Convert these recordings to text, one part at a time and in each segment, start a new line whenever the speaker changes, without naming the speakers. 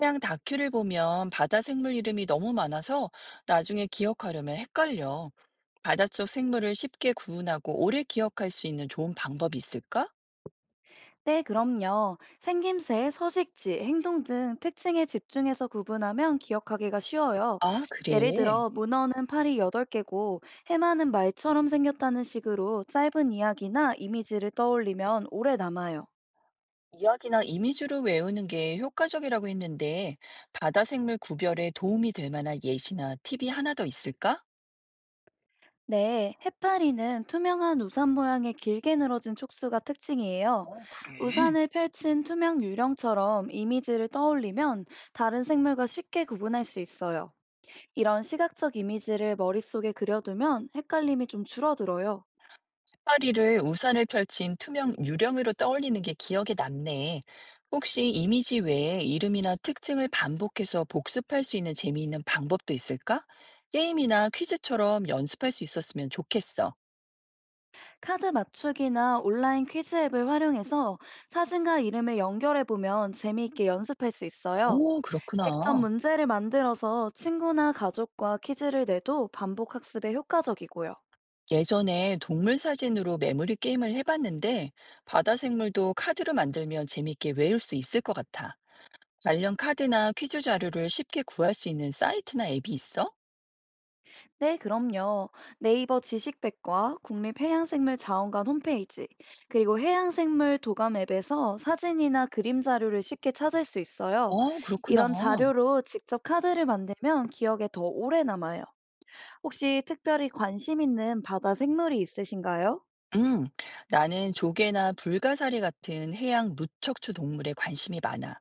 해양 다큐를 보면 바다 생물 이름이 너무 많아서 나중에 기억하려면 헷갈려. 바닷속 생물을 쉽게 구분하고 오래 기억할 수 있는 좋은 방법이 있을까?
네, 그럼요. 생김새, 서식지, 행동 등 특징에 집중해서 구분하면 기억하기가 쉬워요.
아,
예를
그래.
들어, 문어는 팔이 8개고 해마는 말처럼 생겼다는 식으로 짧은 이야기나 이미지를 떠올리면 오래 남아요.
이야기나 이미지로 외우는 게 효과적이라고 했는데 바다 생물 구별에 도움이 될 만한 예시나 팁이 하나 더 있을까?
네, 해파리는 투명한 우산 모양의 길게 늘어진 촉수가 특징이에요.
어, 그래.
우산을 펼친 투명 유령처럼 이미지를 떠올리면 다른 생물과 쉽게 구분할 수 있어요. 이런 시각적 이미지를 머릿속에 그려두면 헷갈림이 좀 줄어들어요.
파리를 우산을 펼친 투명 유령으로 떠올리는 게 기억에 남네. 혹시 이미지 외에 이름이나 특징을 반복해서 복습할 수 있는 재미있는 방법도 있을까? 게임이나 퀴즈처럼 연습할 수 있었으면 좋겠어.
카드 맞추기나 온라인 퀴즈 앱을 활용해서 사진과 이름을 연결해보면 재미있게 연습할 수 있어요.
오,
직접
그렇구나.
문제를 만들어서 친구나 가족과 퀴즈를 내도 반복 학습에 효과적이고요.
예전에 동물 사진으로 메모리 게임을 해봤는데 바다 생물도 카드로 만들면 재밌게 외울 수 있을 것 같아. 관련 카드나 퀴즈 자료를 쉽게 구할 수 있는 사이트나 앱이 있어?
네, 그럼요. 네이버 지식백과 국립해양생물자원관 홈페이지, 그리고 해양생물 도감 앱에서 사진이나 그림 자료를 쉽게 찾을 수 있어요.
오, 그렇구나.
이런 자료로 직접 카드를 만들면 기억에 더 오래 남아요. 혹시 특별히 관심 있는 바다 생물이 있으신가요?
음, 나는 조개나 불가사리 같은 해양 무척추 동물에 관심이 많아.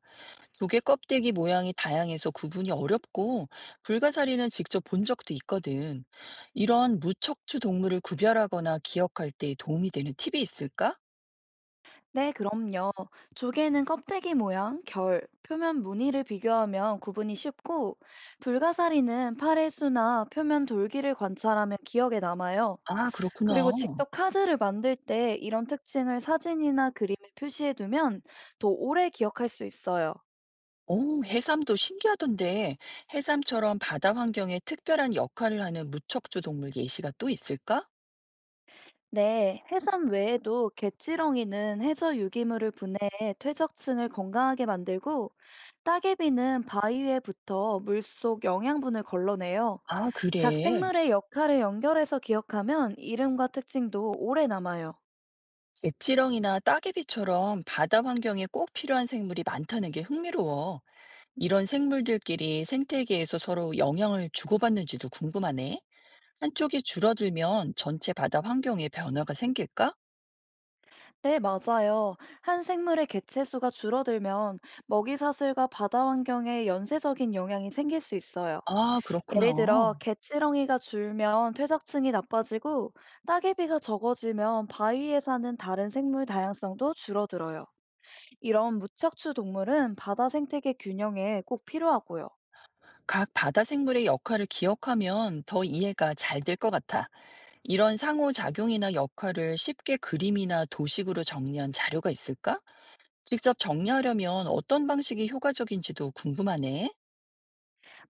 조개 껍데기 모양이 다양해서 구분이 어렵고, 불가사리는 직접 본 적도 있거든. 이런 무척추 동물을 구별하거나 기억할 때 도움이 되는 팁이 있을까?
네, 그럼요. 조개는 껍데기 모양, 결, 표면 무늬를 비교하면 구분이 쉽고, 불가사리는 팔의 수나 표면 돌기를 관찰하면 기억에 남아요.
아, 그렇구나.
그리고 직접 카드를 만들 때 이런 특징을 사진이나 그림에 표시해두면 더 오래 기억할 수 있어요.
오, 해삼도 신기하던데, 해삼처럼 바다 환경에 특별한 역할을 하는 무척추 동물 예시가 또 있을까?
네, 해삼 외에도 개지렁이는 해저 유기물을 분해해 퇴적층을 건강하게 만들고, 따개비는 바위 위에 붙어 물속 영양분을 걸러내요.
아,
각
그래.
생물의 역할을 연결해서 기억하면 이름과 특징도 오래 남아요.
갯지렁이나 따개비처럼 바다 환경에 꼭 필요한 생물이 많다는 게 흥미로워. 이런 생물들끼리 생태계에서 서로 영향을 주고받는지도 궁금하네. 한쪽이 줄어들면 전체 바다 환경에 변화가 생길까?
네, 맞아요. 한 생물의 개체수가 줄어들면 먹이 사슬과 바다 환경에 연쇄적인 영향이 생길 수 있어요.
아, 그렇구나.
예를 들어, 개치렁이가 줄면 퇴적층이 나빠지고, 따개비가 적어지면 바위에 사는 다른 생물 다양성도 줄어들어요. 이런 무척추 동물은 바다 생태계 균형에 꼭 필요하고요.
각 바다 생물의 역할을 기억하면 더 이해가 잘 될 것 같아. 이런 상호작용이나 역할을 쉽게 그림이나 도식으로 정리한 자료가 있을까? 직접 정리하려면 어떤 방식이 효과적인지도 궁금하네.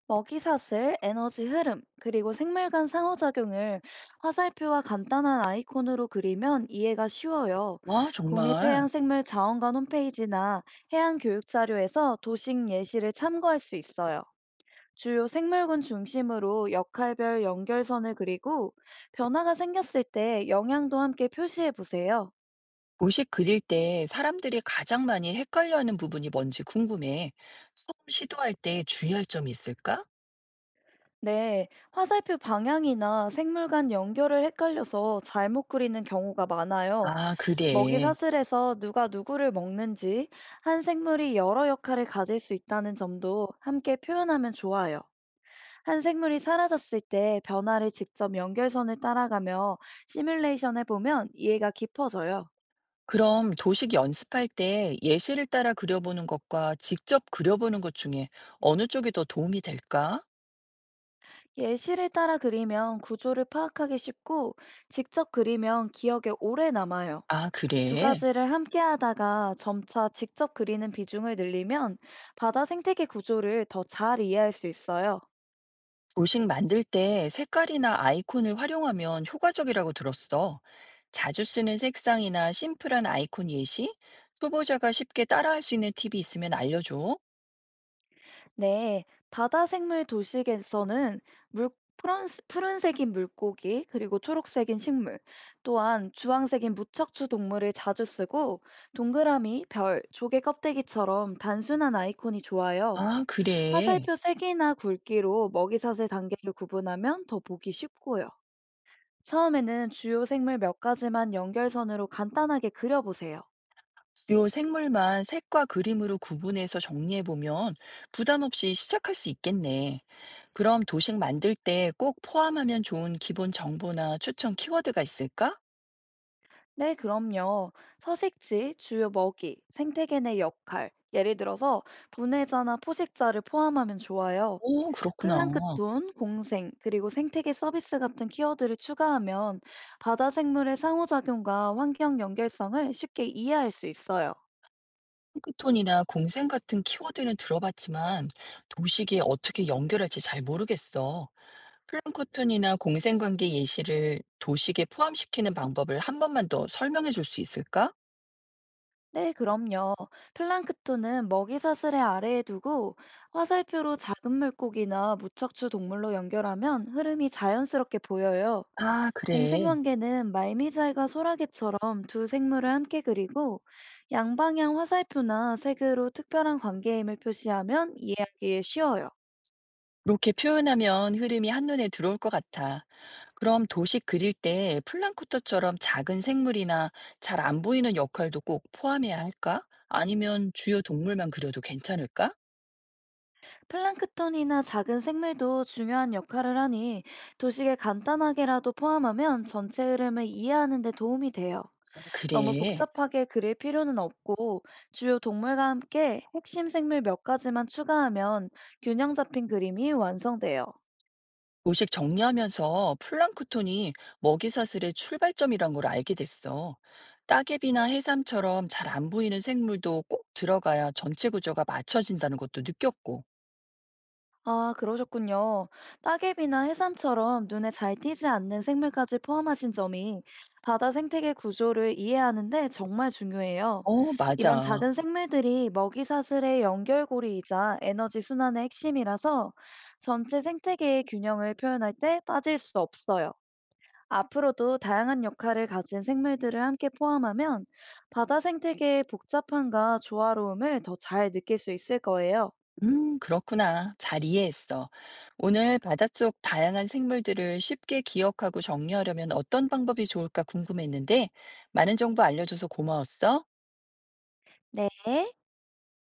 먹이 사슬, 에너지 흐름, 그리고 생물 간 상호작용을 화살표와 간단한 아이콘으로 그리면 이해가 쉬워요.
아, 정말.
국립해양생물자원관 홈페이지나 해양교육자료에서 도식 예시를 참고할 수 있어요. 주요 생물군 중심으로 역할별 연결선을 그리고 변화가 생겼을 때 영향도 함께 표시해 보세요.
도시 그릴 때 사람들이 가장 많이 헷갈려하는 부분이 뭔지 궁금해. 처음 시도할 때 주의할 점이 있을까?
네, 화살표 방향이나 생물 간 연결을 헷갈려서 잘못 그리는 경우가 많아요.
아,
먹이
그래.
사슬에서 누가 누구를 먹는지 한 생물이 여러 역할을 가질 수 있다는 점도 함께 표현하면 좋아요. 한 생물이 사라졌을 때 변화를 직접 연결선을 따라가며 시뮬레이션 해보면 이해가 깊어져요.
그럼 도식 연습할 때 예시를 따라 그려보는 것과 직접 그려보는 것 중에 어느 쪽이 더 도움이 될까?
예시를 따라 그리면 구조를 파악하기 쉽고 직접 그리면 기억에 오래 남아요.
아,
두
그래.
가지를 함께 하다가 점차 직접 그리는 비중을 늘리면 바다 생태계 구조를 더 잘 이해할 수 있어요.
도식 만들 때 색깔이나 아이콘을 활용하면 효과적이라고 들었어. 자주 쓰는 색상이나 심플한 아이콘 예시? 초보자가 쉽게 따라할 수 있는 팁이 있으면 알려줘.
네, 바다 생물 도식에서는 물, 스 푸른색인 물고기, 그리고 초록색인 식물, 또한 주황색인 무척추 동물을 자주 쓰고, 동그라미, 별, 조개 껍데기처럼 단순한 아이콘이 좋아요.
아, 그래.
화살표 색이나 굵기로 먹이사슬 단계를 구분하면 더 보기 쉽고요. 처음에는 주요 생물 몇 가지만 연결선으로 간단하게 그려보세요.
주요 생물만 색과 그림으로 구분해서 정리해보면 부담 없이 시작할 수 있겠네. 그럼 도식 만들 때 꼭 포함하면 좋은 기본 정보나 추천 키워드가 있을까?
네, 그럼요. 서식지, 주요 먹이, 생태계 내 역할, 예를 들어서 분해자나 포식자를 포함하면 좋아요.
오, 그렇구나.
플랑크톤, 공생, 그리고 생태계 서비스 같은 키워드를 추가하면 바다 생물의 상호작용과 환경 연결성을 쉽게 이해할 수 있어요.
핑크톤이나 공생 같은 키워드는 들어봤지만 도식이 어떻게 연결할지 잘 모르겠어. 플랑크톤이나 공생 관계 예시를 도식에 포함시키는 방법을 한 번만 더 설명해 줄 수 있을까?
네, 그럼요. 플랑크톤은 먹이 사슬의 아래에 두고 화살표로 작은 물고기나 무척추 동물로 연결하면 흐름이 자연스럽게 보여요.
아, 그래.
공생관계는 말미잘과 소라게처럼 두 생물을 함께 그리고 양방향 화살표나 색으로 특별한 관계임을 표시하면 이해하기에 쉬워요.
그렇게 표현하면 흐름이 한눈에 들어올 것 같아. 그럼 도식 그릴 때 플랑크톤처럼 작은 생물이나 잘 안 보이는 역할도 꼭 포함해야 할까? 아니면 주요 동물만 그려도 괜찮을까?
플랑크톤이나 작은 생물도 중요한 역할을 하니 도식에 간단하게라도 포함하면 전체 흐름을 이해하는 데 도움이 돼요.
아,
너무
그래.
복잡하게 그릴 필요는 없고 주요 동물과 함께 핵심 생물 몇 가지만 추가하면 균형 잡힌 그림이 완성돼요.
도식 정리하면서 플랑크톤이 먹이사슬의 출발점이란 걸 알게 됐어. 따개비나 해삼처럼 잘 안 보이는 생물도 꼭 들어가야 전체 구조가 맞춰진다는 것도 느꼈고.
아, 그러셨군요. 따개비나 해삼처럼 눈에 잘 띄지 않는 생물까지 포함하신 점이 바다 생태계 구조를 이해하는데 정말 중요해요.
어,
이런
맞아.
작은 생물들이 먹이 사슬의 연결고리이자 에너지 순환의 핵심이라서 전체 생태계의 균형을 표현할 때 빠질 수 없어요. 앞으로도 다양한 역할을 가진 생물들을 함께 포함하면 바다 생태계의 복잡함과 조화로움을 더 잘 느낄 수 있을 거예요.
그렇구나. 잘 이해했어. 오늘 바닷속 다양한 생물들을 쉽게 기억하고 정리하려면 어떤 방법이 좋을까 궁금했는데, 많은 정보 알려줘서 고마웠어.
네.